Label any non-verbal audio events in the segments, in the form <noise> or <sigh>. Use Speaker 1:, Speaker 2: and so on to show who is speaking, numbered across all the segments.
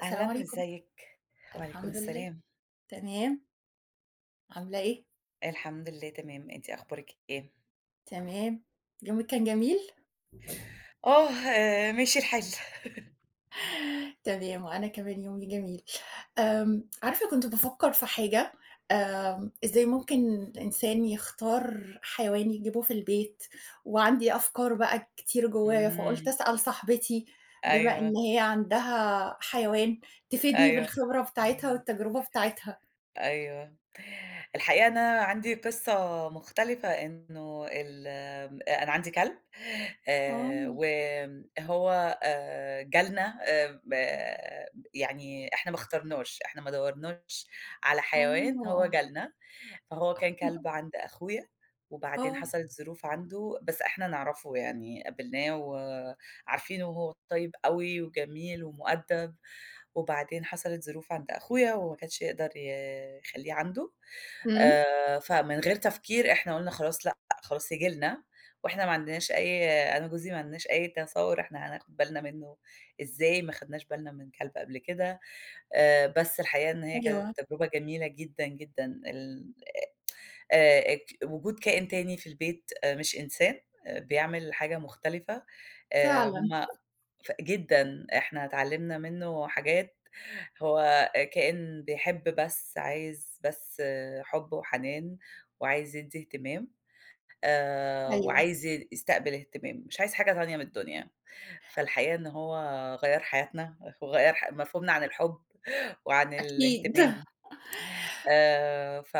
Speaker 1: السلام
Speaker 2: أهلًا
Speaker 1: عليكم.
Speaker 2: إزيِك؟ وعليكم
Speaker 1: الحمد لله،
Speaker 2: السلام.
Speaker 1: تمام، عاملة إيه؟
Speaker 2: الحمد لله تمام، أنتِ أخبارِك إيه؟
Speaker 1: تمام، يومِك كان جميل؟
Speaker 2: آه، ماشي الحال. <laughs>
Speaker 1: تمام، وأنا كمان يومي جميل. عارفة كنت بافكّر في حاجة، إزاي ممكن الإنسان يختار حيوان يجيبه في البيت، وعندي أفكار بقى كتير جوايا، فقُلت
Speaker 2: إمم،
Speaker 1: أسأل صاحبتي بما إن
Speaker 2: أيوه،
Speaker 1: هي عندها حيوان، تفيدني
Speaker 2: أيوه.
Speaker 1: بالخبرة بتاعتها والتجربة بتاعتها.
Speaker 2: أيوه. الحقيقة أنا عندي قصة مختلفة، إنه ال آمم، أنا عندي كلب
Speaker 1: آه،
Speaker 2: وهو جالنا ب يعني إحنا ما اخترناش، إحنا ما دوّرناش على حيوان، هو
Speaker 1: آه،
Speaker 2: جالنا. فهو كان كلب عند أخويا، وبعدين
Speaker 1: آه،
Speaker 2: حصلت ظروف عنده، بس إحنا نعرفه يعني، قابلناه وعارفينه وهو طيب أوي وجميل ومؤدّب. وبعدين حصلت ظروف عند أخويا وما كانش يقدر يخلّيه عنده،
Speaker 1: إمم،
Speaker 2: فمن غير تفكير إحنا قُلنا خلاص لأ، خلاص ييجي لنا، وإحنا ما عندناش أي أنا وجوزي ما عندناش أي تصوُّر إحنا هناخُد بالنا منّه إزاي، ما خدناش بالنا من كلب قبل كده. بس الحقيقة إن هي
Speaker 1: أيوه،
Speaker 2: كانت تجربة جميلة جدًا، جدًا ال ك وجود كائن تاني في البيت، مش إنسان، بيعمل حاجة مختلفة،
Speaker 1: فعلًا،
Speaker 2: هم ف جدًا، إحنا اتعلّمنا منّه حاجات. هو كائن بيحب بس، عايز بس حُب وحنان وعايز يدّي اهتمام،
Speaker 1: أيوه.
Speaker 2: وعايز يستقبل اهتمام، مش عايز حاجة تانية من الدنيا. فالحقيقة إن هو غيّر حياتنا، وغيّر مفهومنا عن الحُب <laughs> وعن
Speaker 1: أكيد.
Speaker 2: الاهتمام. ف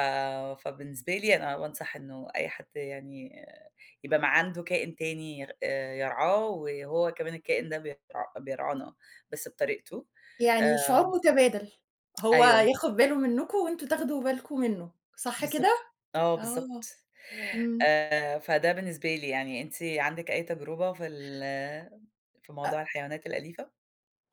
Speaker 2: فبالنسبة لي أنا بانصح إنه أي حد يعني يبقى ما عنده كائن تاني ير يرعاه، وهو كمان الكائن ده بيرعانا بس بطريقته.
Speaker 1: يعني
Speaker 2: آآ
Speaker 1: شعور متبادل، هو
Speaker 2: أيوه،
Speaker 1: ياخد باله منكم وأنتم تاخدوا بالكم منه، صح كده؟
Speaker 2: بالضبط. آه بالضبط.
Speaker 1: آه، إمم.
Speaker 2: فده بالنسبة لي يعني، أنتِ عندِك أي تجربة في موضوع الحيوانات الأليفة؟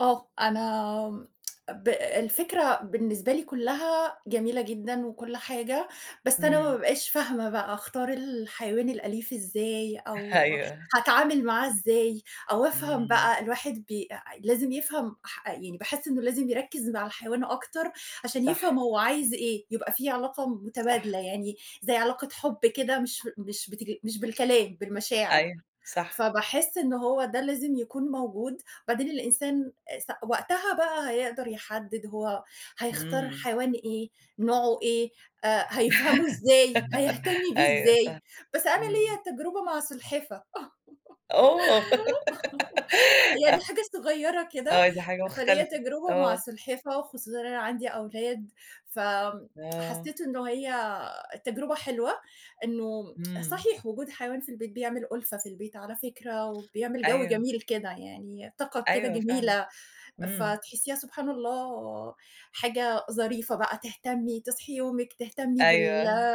Speaker 1: آه، أنا آمم ب الفكرة بالنسبة لي كلّها جميلة جدًا وكل حاجة، بس أنا ما
Speaker 2: إمم.
Speaker 1: بابقاش فاهمة بقى أختار الحيوان الأليف إزاي،
Speaker 2: <laughs>
Speaker 1: أو
Speaker 2: أيوه.
Speaker 1: هاتعامل معاه إزاي، أو أفهم
Speaker 2: إمم.
Speaker 1: بقى الواحد بي أ لازم يفهم يعني باحس إنه لازم يركّز مع الحيوان أكتر عشان
Speaker 2: صح،
Speaker 1: يفهم هو عايز إيه، يبقى في علاقة
Speaker 2: صح.
Speaker 1: متبادلة يعني زي علاقة حُب كده مش بالكلام، بالمشاعر.
Speaker 2: أيوه، صح.
Speaker 1: فباحس إن هو ده لازم يكون موجود، وبعدين الإنسان وقتها بقى هيقدر يحدد هو هيختار
Speaker 2: إمم.
Speaker 1: حيوان إيه، نوعه إيه، هيفهمه إزاي، هيهتمي بيه
Speaker 2: أيوه
Speaker 1: إزاي،
Speaker 2: صح.
Speaker 1: بس أنا
Speaker 2: إمم.
Speaker 1: ليّا تجربة مع سلحفة.
Speaker 2: أوه!
Speaker 1: يعني حاجة صغيّرة
Speaker 2: آه،
Speaker 1: كده،
Speaker 2: عايزة حاجة
Speaker 1: فليّا
Speaker 2: مختلفة.
Speaker 1: تجربة مع
Speaker 2: آه،
Speaker 1: السلحفاة، وخصوصًا أنا عندي أولاد،
Speaker 2: آه،
Speaker 1: فحسّيت إنه هي تجربة حلوة، إنه
Speaker 2: إمم،
Speaker 1: صحيح وجود حيوان في البيت بيعمل ألفة في البيت على فكرة، وبيعمل جو
Speaker 2: أيوه،
Speaker 1: جميل كده، يعني طاقة كده
Speaker 2: أيوه فعلًا،
Speaker 1: جميلة.
Speaker 2: إمم،
Speaker 1: فتحسيها سبحان الله حاجة ظريفة بقى تهتمي، تصحي يومِك، تهتمي بال
Speaker 2: أيوه،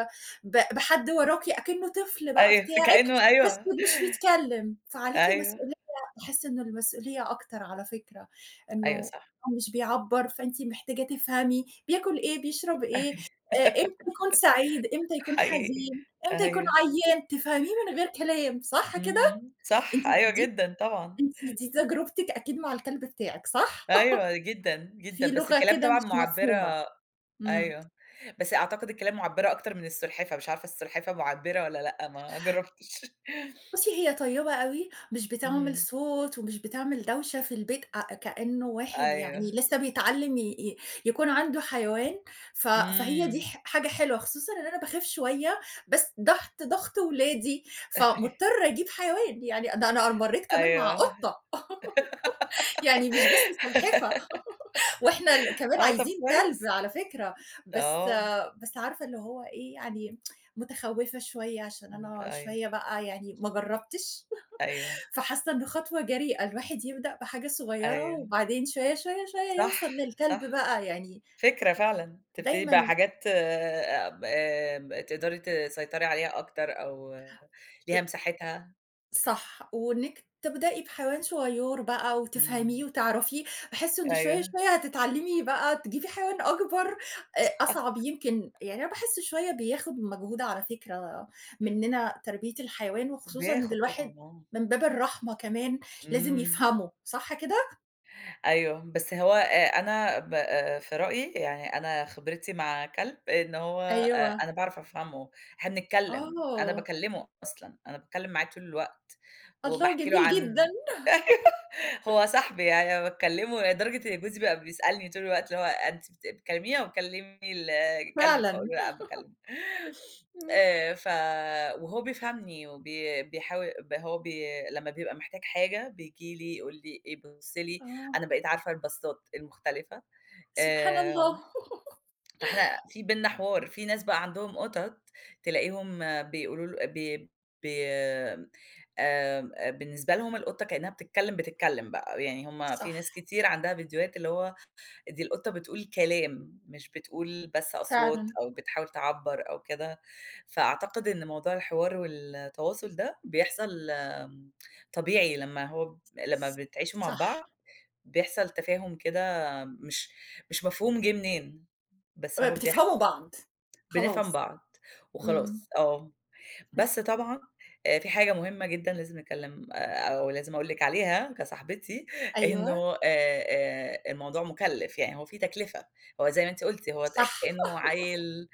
Speaker 1: ب بحد وراكِ أكنه طفل بقى
Speaker 2: أيوه،
Speaker 1: بتاعِك،
Speaker 2: كأنه
Speaker 1: بس
Speaker 2: أيوه،
Speaker 1: مش بيتكلم، فعليكِ
Speaker 2: أيوه،
Speaker 1: مسؤولية باحس إنه المسؤولية أكتر على فكرة، إنه
Speaker 2: أيوه صح،
Speaker 1: هو مش بيعبّر فأنتِ محتاجة تفهمي بياكل إيه، بيشرب إيه، إمتى
Speaker 2: <laughs>
Speaker 1: يكون سعيد، إمتى يكون
Speaker 2: حقيقي،
Speaker 1: حزين، إمتى يكون
Speaker 2: أيوه،
Speaker 1: عيّان، تفهميه من غير كلام، صح كده؟
Speaker 2: إمم،
Speaker 1: أنتِ
Speaker 2: صح، أيوه
Speaker 1: دي
Speaker 2: جدًا طبعًا،
Speaker 1: أنتِ دي تجربتِك أكيد مع الكلب بتاعِك، صح؟
Speaker 2: أيوه جدًا، جدًا،
Speaker 1: في
Speaker 2: بس
Speaker 1: لغة
Speaker 2: الكلاب
Speaker 1: كده
Speaker 2: طبعًا
Speaker 1: مش مفهومة.
Speaker 2: مُعبّرة.
Speaker 1: إمم.
Speaker 2: أيوه، بس أعتقد الكلاب مُعبّرة أكتر من السلحفاة، مش عارفة السلحفاة مُعبّرة والّا لأ، ما جرّبتش. <laughs>
Speaker 1: بُصّي، هي طيبة أوي، مش بتعمل
Speaker 2: إمم،
Speaker 1: صوت ومش بتعمل دوشة في البيت كإنه واحد يعني
Speaker 2: أيوه،
Speaker 1: لسه بيتعلّم ي ي يكون عنده حيوان، فهي دي
Speaker 2: إمم،
Speaker 1: حاجة حلوة، خصوصًا إن أنا باخاف شوية، بس تحت ضغط ولادي،
Speaker 2: <laughs>
Speaker 1: فمضطرة أجيب حيوان، يعني ده أنا مرّيت كمان مع
Speaker 2: أيوه،
Speaker 1: قطة، يعني مش بس سلحفة. وإحنا كمان
Speaker 2: آه طب
Speaker 1: عايزين كلب
Speaker 2: كويس.
Speaker 1: على فكرة، بس
Speaker 2: آه،
Speaker 1: آه، بس عارفة اللي هو إيه، يعني متخوّفة شوية عشان
Speaker 2: إمم.
Speaker 1: أنا
Speaker 2: أيوه،
Speaker 1: شوية بقى يعني ما جرّبتش،
Speaker 2: أيوه،
Speaker 1: <laughs> فحاسة إنه خطوة جريئة، الواحد يبدأ بحاجة صغيّرة
Speaker 2: أيوه،
Speaker 1: وبعدين شوية، شوية، شوية
Speaker 2: صح،
Speaker 1: يوصل للكلب
Speaker 2: صح،
Speaker 1: بقى، يعني
Speaker 2: فكرة فعلًا، تبتدي بقى
Speaker 1: دايمًا
Speaker 2: حاجات آمم، آمم، تقدري تسيطري عليها أكتر أو ليها مساحتها.
Speaker 1: صح، وإنِّك تبدئي بحيوان صغيّر بقى وتفهميه
Speaker 2: إمم.
Speaker 1: وتعرفيه، باحس إن شوية،
Speaker 2: أيوه،
Speaker 1: شوية هتتعلّمي بقى تجيبي حيوان أكبر أصعب
Speaker 2: <laughs>
Speaker 1: يمكن، يعني أنا باحس شوية بياخُد مجهود على فكرة منّنا تربية الحيوان وخصوصًا إن
Speaker 2: بياخد طبعًا
Speaker 1: الواحد
Speaker 2: آه،
Speaker 1: من باب الرحمة كمان لازم
Speaker 2: إمم،
Speaker 1: يفهمه، صح كده؟
Speaker 2: أيوه، بس هو أنا ب في رأيي يعني أنا خبرتي مع كلب إن هو
Speaker 1: أيوه،
Speaker 2: أنا باعرف أفهمه. إحنا بنتكلم، أنا
Speaker 1: آه،
Speaker 2: باكلمه أصلًا، أنا باتكلم معاه طول الوقت
Speaker 1: الله
Speaker 2: وباحكي له
Speaker 1: جميل جدًا
Speaker 2: عن هو صاحبي يعني، أنا باكلّمه لدرجة إن جوزي بقى بيسألني طول الوقت اللي هو أنتِ بتكلميها وبتكلمي الكلب، فاقول
Speaker 1: فعلًا،
Speaker 2: له لأ باكلمه.
Speaker 1: إمم،
Speaker 2: ف وهو بيفهمني بيحاول ب هو بي لمّا بيبقى محتاج حاجة بييجي لي يقول لي إيه، بُصّ لي.
Speaker 1: آه،
Speaker 2: أنا بقيت عارفة الباصات المختلفة.
Speaker 1: سبحان
Speaker 2: آآ
Speaker 1: الله، <laughs>
Speaker 2: فإحنا في بيننا حوار، في ناس بقى عندهم قطط تلاقيهم بيقولوا ل ب ب آمم، بالنسبة لهم القطة كإنها بتتكلم، بتتكلم بقى، يعني هُم في
Speaker 1: صح،
Speaker 2: ناس كتير عندها فيديوهات اللي هو دي القطة بتقول كلام، مش بتقول بس أصوات
Speaker 1: فعلًا،
Speaker 2: أو بتحاول تعبّر أو كده. فأعتقد إن موضوع الحوار والتواصل ده بيحصل طبيعي لمّا بتعيشوا مع
Speaker 1: صح.
Speaker 2: بعض بيحصل تفاهم كده، مش مش مفهوم جه منين، بس هو
Speaker 1: بتفهموا
Speaker 2: بيحصل،
Speaker 1: بعض،
Speaker 2: بنفهم
Speaker 1: خلاص.
Speaker 2: بعض
Speaker 1: إمم.
Speaker 2: وخلاص، بس طبعًا في حاجة مهمة جدًا لازم نتكلم أو لازم أقول لِك عليها كصاحبتي، <laughs>
Speaker 1: أيوه،
Speaker 2: إنه الموضوع مُكلِّف، يعني هو في تكلفة، هو زي ما أنتِ قُلتِ، هو
Speaker 1: صح،
Speaker 2: كإنه عيل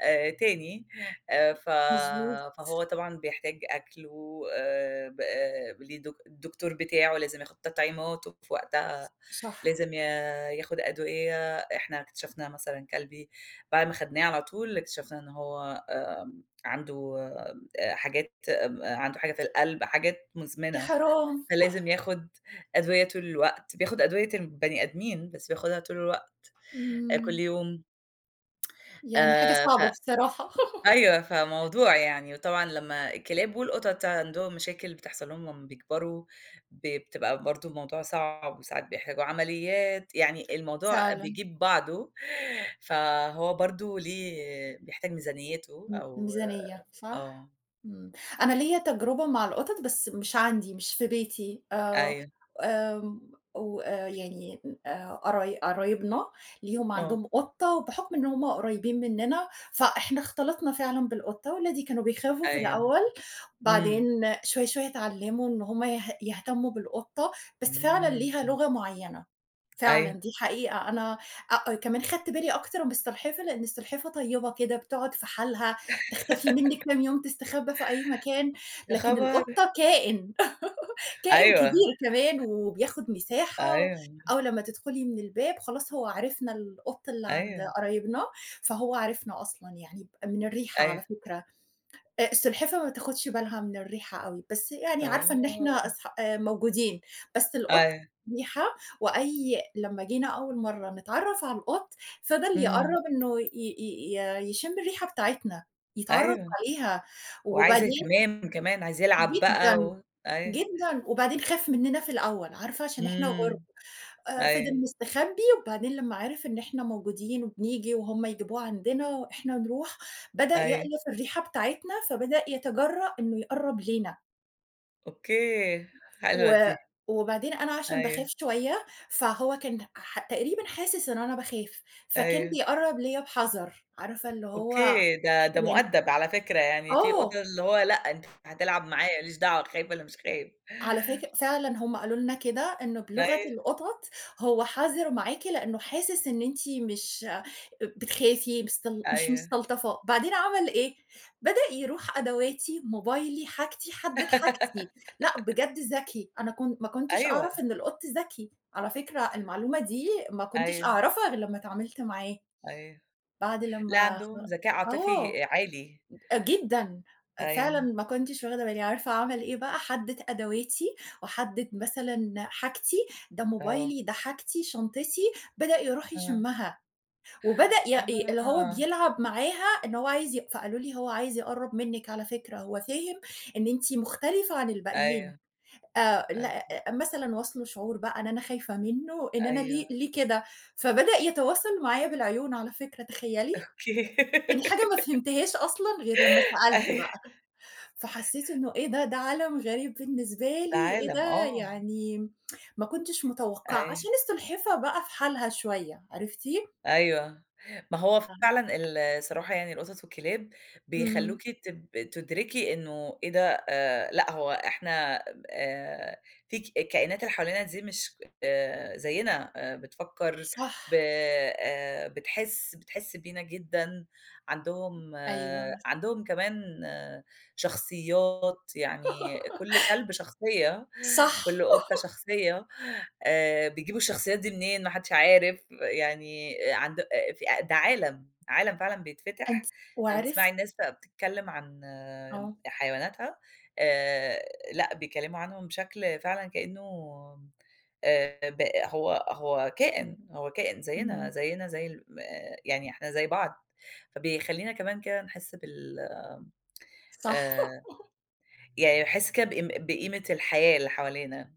Speaker 2: تاني. ف
Speaker 1: مضبوط،
Speaker 2: فهو طبعًا بيحتاج أكله، ب ليه الدكتور بتاعه لازم ياخد تطعيماته في وقتها،
Speaker 1: صح.
Speaker 2: لازم ياخد أدوية. إحنا اكتشفنا مثلًا كلبي بعد ما خدناه على طول اكتشفنا إن هو عنده حاجات آمم عنده حاجة في القلب، حاجات
Speaker 1: يا
Speaker 2: مزمنة،
Speaker 1: حرام!
Speaker 2: فلازم ياخد أدوية طول الوقت، بياخد أدوية البني آدمين، بس بياخدها طول الوقت، كل
Speaker 1: إمم،
Speaker 2: يوم.
Speaker 1: يعني حاجة
Speaker 2: ف
Speaker 1: صعبة بصراحة. <laughs>
Speaker 2: أيوه، فموضوع يعني، وطبعًا لمّا الكلاب والقطط عندهم مشاكل بتحصل لهم لمّا بيكبروا، بتبقى برضه الموضوع صعب وساعات بيحتاجوا عمليات، يعني الموضوع
Speaker 1: فعلًا.
Speaker 2: بيجيب بعضه، فهو برضه ليه بيحتاج ميزانيته أو
Speaker 1: ميزانية، صح؟
Speaker 2: آه،
Speaker 1: إمم. أنا ليّا تجربة مع القطط، بس مش عندي، مش في بيتي.
Speaker 2: أيوه،
Speaker 1: آمم وآآ يعني قرايبنا ليهم
Speaker 2: آه،
Speaker 1: عندهم قطة، وبحُكم إن هم قريبين مننا، فإحنا اختلطنا فعلًا بالقطة. ولادي كانوا بيخافوا في
Speaker 2: أيوه،
Speaker 1: الأول، بعدين
Speaker 2: إمم.
Speaker 1: شوية، شوية اتعلموا إن هم يهتموا بالقطة، بس فعلًا
Speaker 2: إمم،
Speaker 1: ليها لغة معيّنة. فعلًا
Speaker 2: أيوه،
Speaker 1: دي حقيقة، أنا كمان خدت بالي أكتر من السلحفاة، لإن السلحفاة طيبة كده، بتقعد في حالها، تختفي منِّك كام يوم، تستخبى في أي مكان،
Speaker 2: يا
Speaker 1: لكن
Speaker 2: خبر!
Speaker 1: القطة كائن، <laughs> كائن
Speaker 2: أيوه،
Speaker 1: كبير كمان وبياخد مساحة.
Speaker 2: أيوه،
Speaker 1: أول لمّا تدخلي من الباب خلاص هو عرفنا القط اللي عند
Speaker 2: أيوه،
Speaker 1: قرايبنا، فهو عرفنا أصلًا يعني من الريحة
Speaker 2: أيوه،
Speaker 1: على فكرة. السلحفاة ما بتاخدش بالها من الريحة أوي، بس يعني عارفة إن إحنا
Speaker 2: آه،
Speaker 1: أصح موجودين، بس القط
Speaker 2: أيوه،
Speaker 1: ريحة وأي لمّا جينا أول مرّة نتعرّف على القط، فضل
Speaker 2: إمم،
Speaker 1: يقرّب إنه ي ي ي يشم الريحة بتاعتنا، يتعرّف
Speaker 2: أيوه،
Speaker 1: عليها،
Speaker 2: وعايز
Speaker 1: وبعدين
Speaker 2: اهتمام كمان، عايز يلعب بقى
Speaker 1: جدًا،
Speaker 2: أيوه،
Speaker 1: جدًا، وبعدين خاف منّنا في الأول، عارفة عشان إحنا غُرب.
Speaker 2: إمم،
Speaker 1: فضل
Speaker 2: أيوه،
Speaker 1: مستخبي، وبعدين لمّا عرف إن إحنا موجودين وبنيجي وهُم يجيبوه عندنا وإحنا نروح، بدأ
Speaker 2: أيوه،
Speaker 1: يألف الريحة بتاعتنا، فبدأ يتجرأ إنه يقرّب لينا،
Speaker 2: أوكي، حلوة
Speaker 1: و
Speaker 2: دي،
Speaker 1: وبعدين أنا عشان باخاف
Speaker 2: أيوه،
Speaker 1: شوية، فهو كان تقريبًا حاسس إن أنا باخاف، فكان
Speaker 2: أيوه،
Speaker 1: بيقرّب ليّا بحذر، عارفة اللي هو
Speaker 2: أوكي، ده
Speaker 1: يعني
Speaker 2: مؤدّب على فكرة، يعني في
Speaker 1: آه.
Speaker 2: أُسر اللي هو لأ، أنت هتلعب معايا، ما ليش دعوة خايف والّا مش خايف،
Speaker 1: على فاك فعلًا هم قالوا لنا كده، إنه بلغة
Speaker 2: أيوه،
Speaker 1: القطط هو حذر معاكِ لإنه حاسس إن أنتِ مش بتخافي، مش
Speaker 2: أيوه،
Speaker 1: مستلطفاه، بعدين عمل إيه، بدأ يروح أدواتي، موبايلي، حاجتي، حدِّد
Speaker 2: <laughs>
Speaker 1: حاجتي، لأ بجد ذكي، أنا ما كنتش
Speaker 2: أيوه،
Speaker 1: أعرف إن القط ذكي، على فكرة المعلومة دي ما كنتش
Speaker 2: أيوه،
Speaker 1: أعرفها غير لمّا اتعاملت معاه،
Speaker 2: أيوه،
Speaker 1: بعد
Speaker 2: لأ،
Speaker 1: لمّا خ
Speaker 2: عندهم ذكاء
Speaker 1: آه.
Speaker 2: عاطفي عالي.
Speaker 1: جدًا، آه، فعلًا
Speaker 2: أيوه،
Speaker 1: ما كنتش واخدة بالي، عارفة أعمل إيه بقى، أحدد أدواتي، وأحدد مثلًا حاجتي، ده
Speaker 2: آه،
Speaker 1: موبايلي، ده حاجتي، شنطتي، بدأ يروح
Speaker 2: آه،
Speaker 1: يشمّها، وبدأ ي ي اللي هو
Speaker 2: آه،
Speaker 1: بيلعب معاها إن هو عايز فقالوا لي: "هو عايز يقرّب منِّك على فكرة، هو فاهم إن أنتِ مختلفة عن الباقيين."
Speaker 2: أيوه، أ
Speaker 1: لأ آه، مثلًا واصله شعور بقى إن أنا خايفة منه، إن أنا
Speaker 2: أيوه،
Speaker 1: ليه ليه كده، فبدأ يتواصل معايا بالعيون على فكرة، تخيّلي!
Speaker 2: أوكي.
Speaker 1: يعني حاجة ما
Speaker 2: <laughs>
Speaker 1: فهمتهاش أصلًا غير لمّا سألت
Speaker 2: أيوه،
Speaker 1: بقى. فحسيت إنه إيه ده، ده عالم غريب بالنسبة
Speaker 2: ده
Speaker 1: لي، إيه
Speaker 2: عالم،
Speaker 1: ده،
Speaker 2: آه،
Speaker 1: يعني ما كنتش متوقعة،
Speaker 2: أيوه.
Speaker 1: عشان السلحفاة بقى في حالها شوية، عرفتِ؟
Speaker 2: أيوه. ما هو
Speaker 1: آه.
Speaker 2: فعلًا الصراحة يعني القطط والكلاب
Speaker 1: إمم،
Speaker 2: بيخلّوكِ تدركي إنه إيه ده، لأ هو إحنا آآ في الكائنات اللي حوالينا دي مش زيّنا، بتفكّر،
Speaker 1: صح،
Speaker 2: ب بتحس بينا جدًا.
Speaker 1: أيوه،
Speaker 2: عندهم كمان شخصيات، يعني
Speaker 1: <laughs>
Speaker 2: كل كلب شخصية،
Speaker 1: صح،
Speaker 2: كل قطة شخصية، بيجيبوا الشخصيات دي منين، ما حدش عارف. يعني عند في آه، ده عالم، عالم فعلًا
Speaker 1: أنتِ
Speaker 2: بيتفتح لمّا تسمعي
Speaker 1: وعرفت
Speaker 2: الناس بقى بتتكلم عن
Speaker 1: آه،
Speaker 2: حيواناتها، آآ، لأ بيتكلموا عنهم بشكل فعلًا كإنه ب هو كائن، هو كائن زينا،
Speaker 1: إمم،
Speaker 2: زينا زي ال آه، يعني إحنا زي بعض. فبيخلّينا كمان كده نحس بال
Speaker 1: صح.
Speaker 2: آآ، يعني باحس كده بقيمة الحياة اللي حوالينا.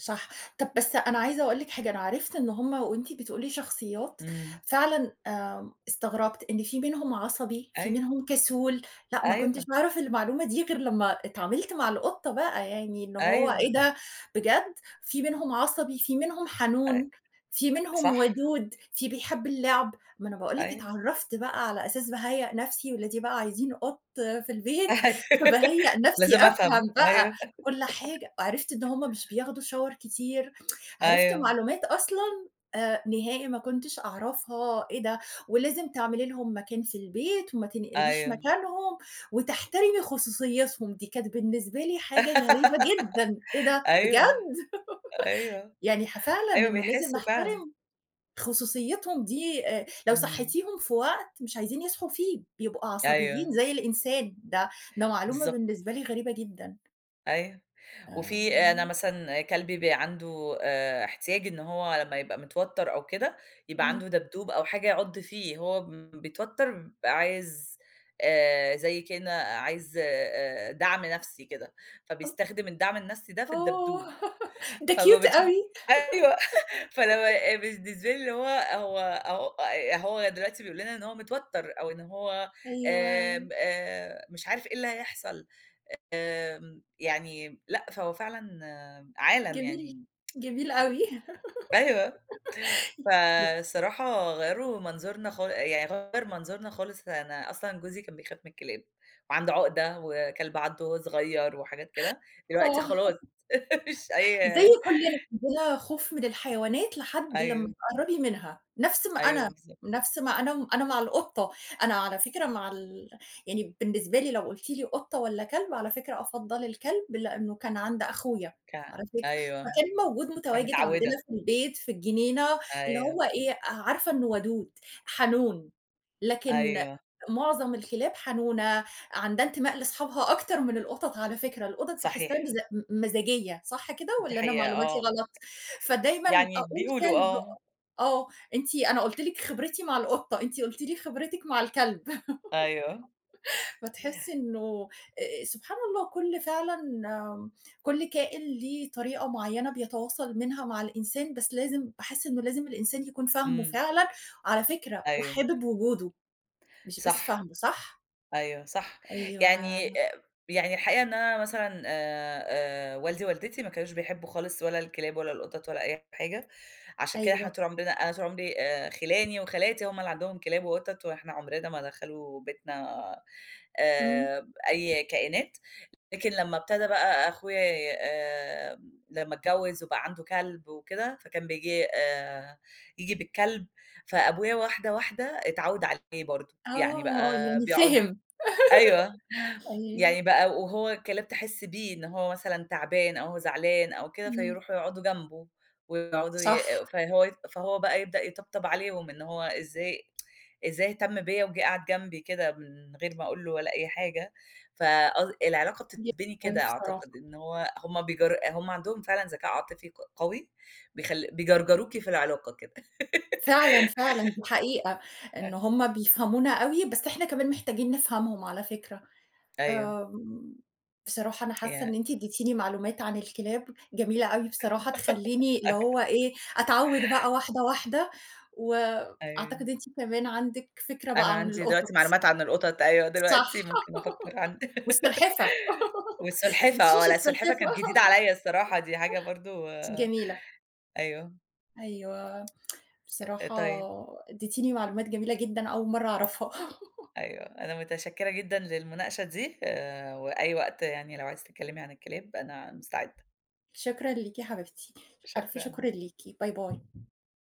Speaker 1: صح. طب بس أنا عايزة أقول لِك حاجة، أنا عرفت إن هم وأنتِ بتقولي شخصيات
Speaker 2: إمم،
Speaker 1: فعلًا استغربت إن في منهم عصبي، في
Speaker 2: أيوه.
Speaker 1: منهم كسول، لأ ما كنتش
Speaker 2: أيوه،
Speaker 1: باعرف المعلومة دي غير لمّا اتعاملت مع القطة بقى، يعني إن هو
Speaker 2: أيوه،
Speaker 1: إيه ده بجد! في منهم عصبي، في منهم حنون،
Speaker 2: أي
Speaker 1: في منهم
Speaker 2: صح،
Speaker 1: ودود، في بيحب اللعب، ما أنا باقول لِك
Speaker 2: أيوه،
Speaker 1: اتعرفت بقى على أساس باهيأ نفسي ولادي بقى عايزين قط في البيت،
Speaker 2: أيوه
Speaker 1: فباهيأ
Speaker 2: <laughs>
Speaker 1: نفسي
Speaker 2: لازم
Speaker 1: أفهم
Speaker 2: أفهم، أيوه،
Speaker 1: بقى كل حاجة، وعرفت إن هُم مش بياخدوا shower كتير، عرفت
Speaker 2: أيوه،
Speaker 1: معلومات أصلًا نهائي ما كنتش أعرفها، إيه ده! ولازم تعملي لهم مكان في البيت وما تنقليش
Speaker 2: أيوه،
Speaker 1: مكانهم، وتحترمي خصوصيتهم، دي كانت بالنسبة لي حاجة غريبة جدًا، إيه ده!
Speaker 2: أيوه،
Speaker 1: بجد!
Speaker 2: أيوه،
Speaker 1: يعني فعلًا
Speaker 2: أيوه
Speaker 1: إنه لازم
Speaker 2: بيحسّوا فعلًا،
Speaker 1: نحترم خصوصيتهم دي لو
Speaker 2: إمم،
Speaker 1: صحيتيهم في وقت مش عايزين يصحوا فيه، بيبقوا عصبيين
Speaker 2: أيوه،
Speaker 1: زي الإنسان، ده معلومة
Speaker 2: بالضبط،
Speaker 1: بالنسبة لي غريبة جدًا،
Speaker 2: أيوه، وفي أنا
Speaker 1: آمم،
Speaker 2: مثلًا كلبي بيبقى عنده احتياج إن هو لمّا يبقى متوتّر أو كده، يبقى
Speaker 1: إمم.
Speaker 2: عنده دبدوب أو حاجة يعض فيه، هو بيتوتّر بيبقى عايز زي كإنه عايز دعم نفسي كده، فبيستخدم الدعم النفسي ده في
Speaker 1: آه،
Speaker 2: الدبدوب.
Speaker 1: <laughs> ده
Speaker 2: فما
Speaker 1: cute
Speaker 2: بتشوفي
Speaker 1: أوي.
Speaker 2: <laughs> أيوه، فلما بالنسبة لي اللي هو هو أهو آه، هو دلوقتي بيقول لنا إن هو متوتر أو إن هو
Speaker 1: أيوه،
Speaker 2: آمم، مش عارف إيه اللي هيحصل، يعني لأ، فهو فعلًا عالم
Speaker 1: جميل،
Speaker 2: يعني
Speaker 1: جميل أوي.
Speaker 2: أيوه،
Speaker 1: <laughs>
Speaker 2: فالصراحة غيّروا منظورنا خال يعني غيّر منظورنا خالص، أنا أصلًا جوزي كان بيخاف من الكلاب وعنده عقدة وكلب عضّه وهو صغير وحاجات كده، دلوقتي
Speaker 1: آه،
Speaker 2: خلاص <laughs> مش
Speaker 1: زي
Speaker 2: أي
Speaker 1: كُلّنا عندنا خوف من الحيوانات لحد
Speaker 2: أيوه،
Speaker 1: لمّا تقرّبي منها،
Speaker 2: أيوه بالضبط،
Speaker 1: نَفْس ما أنا مع القطة، أنا على فكرة مع يعني بالنسبة لي لو قُلتِ لي قطة والّا كلب، على فكرة أفضّل الكلب لإنه كان عند أخويا على
Speaker 2: كان
Speaker 1: فكرة،
Speaker 2: أيوه.
Speaker 1: فكان متواجد
Speaker 2: فمتعوّدة،
Speaker 1: عندنا في البيت في الجنينة، اللي هو
Speaker 2: أيوه،
Speaker 1: إيه، عارفة إنه ودود، حنون. لكن
Speaker 2: أيوه،
Speaker 1: معظم الكلاب حنونة، عندها انتماء لأصحابها أكتر من القطط على فكرة، القطط باحسها
Speaker 2: صحيح،
Speaker 1: مز م مزاجية صح كده
Speaker 2: دي
Speaker 1: والّا أنا
Speaker 2: حقيقة
Speaker 1: معلوماتي
Speaker 2: آه،
Speaker 1: غلط؟ فدايمًا
Speaker 2: يعني
Speaker 1: أقول
Speaker 2: بيقولوا
Speaker 1: كلب
Speaker 2: آه،
Speaker 1: آه، أنا قُلت لِك خبرتي مع القطة، أنتِ قُلتِ لي خبرتِك مع الكلب، <laughs>
Speaker 2: أيوه،
Speaker 1: فتحسي إنه سبحان الله فعلًا آم، كل كائن ليه طريقة معينة بيتواصل منها مع الإنسان، بس لازم باحس إنه لازم الإنسان يكون فاهمه
Speaker 2: إمم،
Speaker 1: فعلًا على فكرة
Speaker 2: أيوه،
Speaker 1: وحابب وجوده، مش بس
Speaker 2: صح،
Speaker 1: فاهمه، صح؟
Speaker 2: أيوه، صح،
Speaker 1: أيوه،
Speaker 2: يعني يعني الحقيقة إن أنا مثلًا والدي ووالدتي ما كانوش بيحبّوا خالص ولا الكلاب ولا القطط ولا أي حاجة، عشان كده إحنا
Speaker 1: أيوه،
Speaker 2: طول عمرنا أنا طول عمري خِلاني وخالاتي هُم اللي عندهم كلاب وقطط، وإحنا عمرنا ما دخلوا بيتنا
Speaker 1: إمم،
Speaker 2: أي كائنات. لكن لمّا ابتدى بقى أخويا ي آمم، لمّا اتجوّز وبقى عنده كلب وكده، فكان بييجي ييجي بالكلب، فأبويا واحدة، واحدة اتعوّد عليه برضه، يعني
Speaker 1: آه،
Speaker 2: بقى
Speaker 1: يعني
Speaker 2: بيقعد
Speaker 1: فِهِم،
Speaker 2: أيوه.
Speaker 1: أيوه،
Speaker 2: يعني بقى وهو الكلاب تحس بيه إن هو مثلًا تعبان أو هو زعلان أو كده،
Speaker 1: إمم،
Speaker 2: فيروحوا يقعدوا جنبه ويقعدوا
Speaker 1: صح
Speaker 2: فهو بقى يبدأ يطبطب عليهم، إن هو إزاي اهتم بيّا وجِه قعد جنبي كده من غير ما أقول له ولا أي حاجة. فقص العلاقة
Speaker 1: جدًا
Speaker 2: بتتبني
Speaker 1: أوي
Speaker 2: كده
Speaker 1: بصراحة،
Speaker 2: أعتقد، إن هم هم عندهم فعلًا ذكاء عاطفي قوي، بيجرجروكِ في العلاقة كده.
Speaker 1: فعلًا، فعلًا دي حقيقة، إن
Speaker 2: <laughs>
Speaker 1: هُم بيفهمونا أوي، بس إحنا كمان محتاجين نفهمهم على فكرة،
Speaker 2: أيوه،
Speaker 1: آمم، بصراحة أنا حاسة
Speaker 2: يع
Speaker 1: إن أنتِ اديتيني معلومات عن الكلاب جميلة أوي بصراحة،
Speaker 2: <laughs>
Speaker 1: تخلّيني اللي هو إيه، أتعوّد بقى واحدة، واحدة،
Speaker 2: أيوه.
Speaker 1: وأعتقد أنتِ كمان عندِك فكرة بقى
Speaker 2: أنا
Speaker 1: عن
Speaker 2: عندي دلوقتي
Speaker 1: القطط،
Speaker 2: معلومات عن القطط أيوه،
Speaker 1: صح.
Speaker 2: دلوقتي ممكن أفكّر عن
Speaker 1: والسلحفة
Speaker 2: <laughs>
Speaker 1: <laughs>
Speaker 2: والسلحفاة
Speaker 1: تنسيش
Speaker 2: آه، لأ السلحفاة
Speaker 1: السلحفة
Speaker 2: كانت جديدة عليّا الصراحة، دي حاجة برضه
Speaker 1: <laughs> جميلة.
Speaker 2: أيوه،
Speaker 1: أيوه، بصراحة
Speaker 2: طيب
Speaker 1: اديتيني معلومات جميلة جدًا أول مرّة أعرفها.
Speaker 2: أيوه، أنا متشكّرة جدًا للمناقشة دي، وأي وقت يعني لو عايزة تتكلّمي عن الكلاب أنا مستعدة،
Speaker 1: <laughs> شكرًا ليكِ يا حبيبتي، ألف شكر
Speaker 2: شكرًا.
Speaker 1: ليكِ. باي، باي.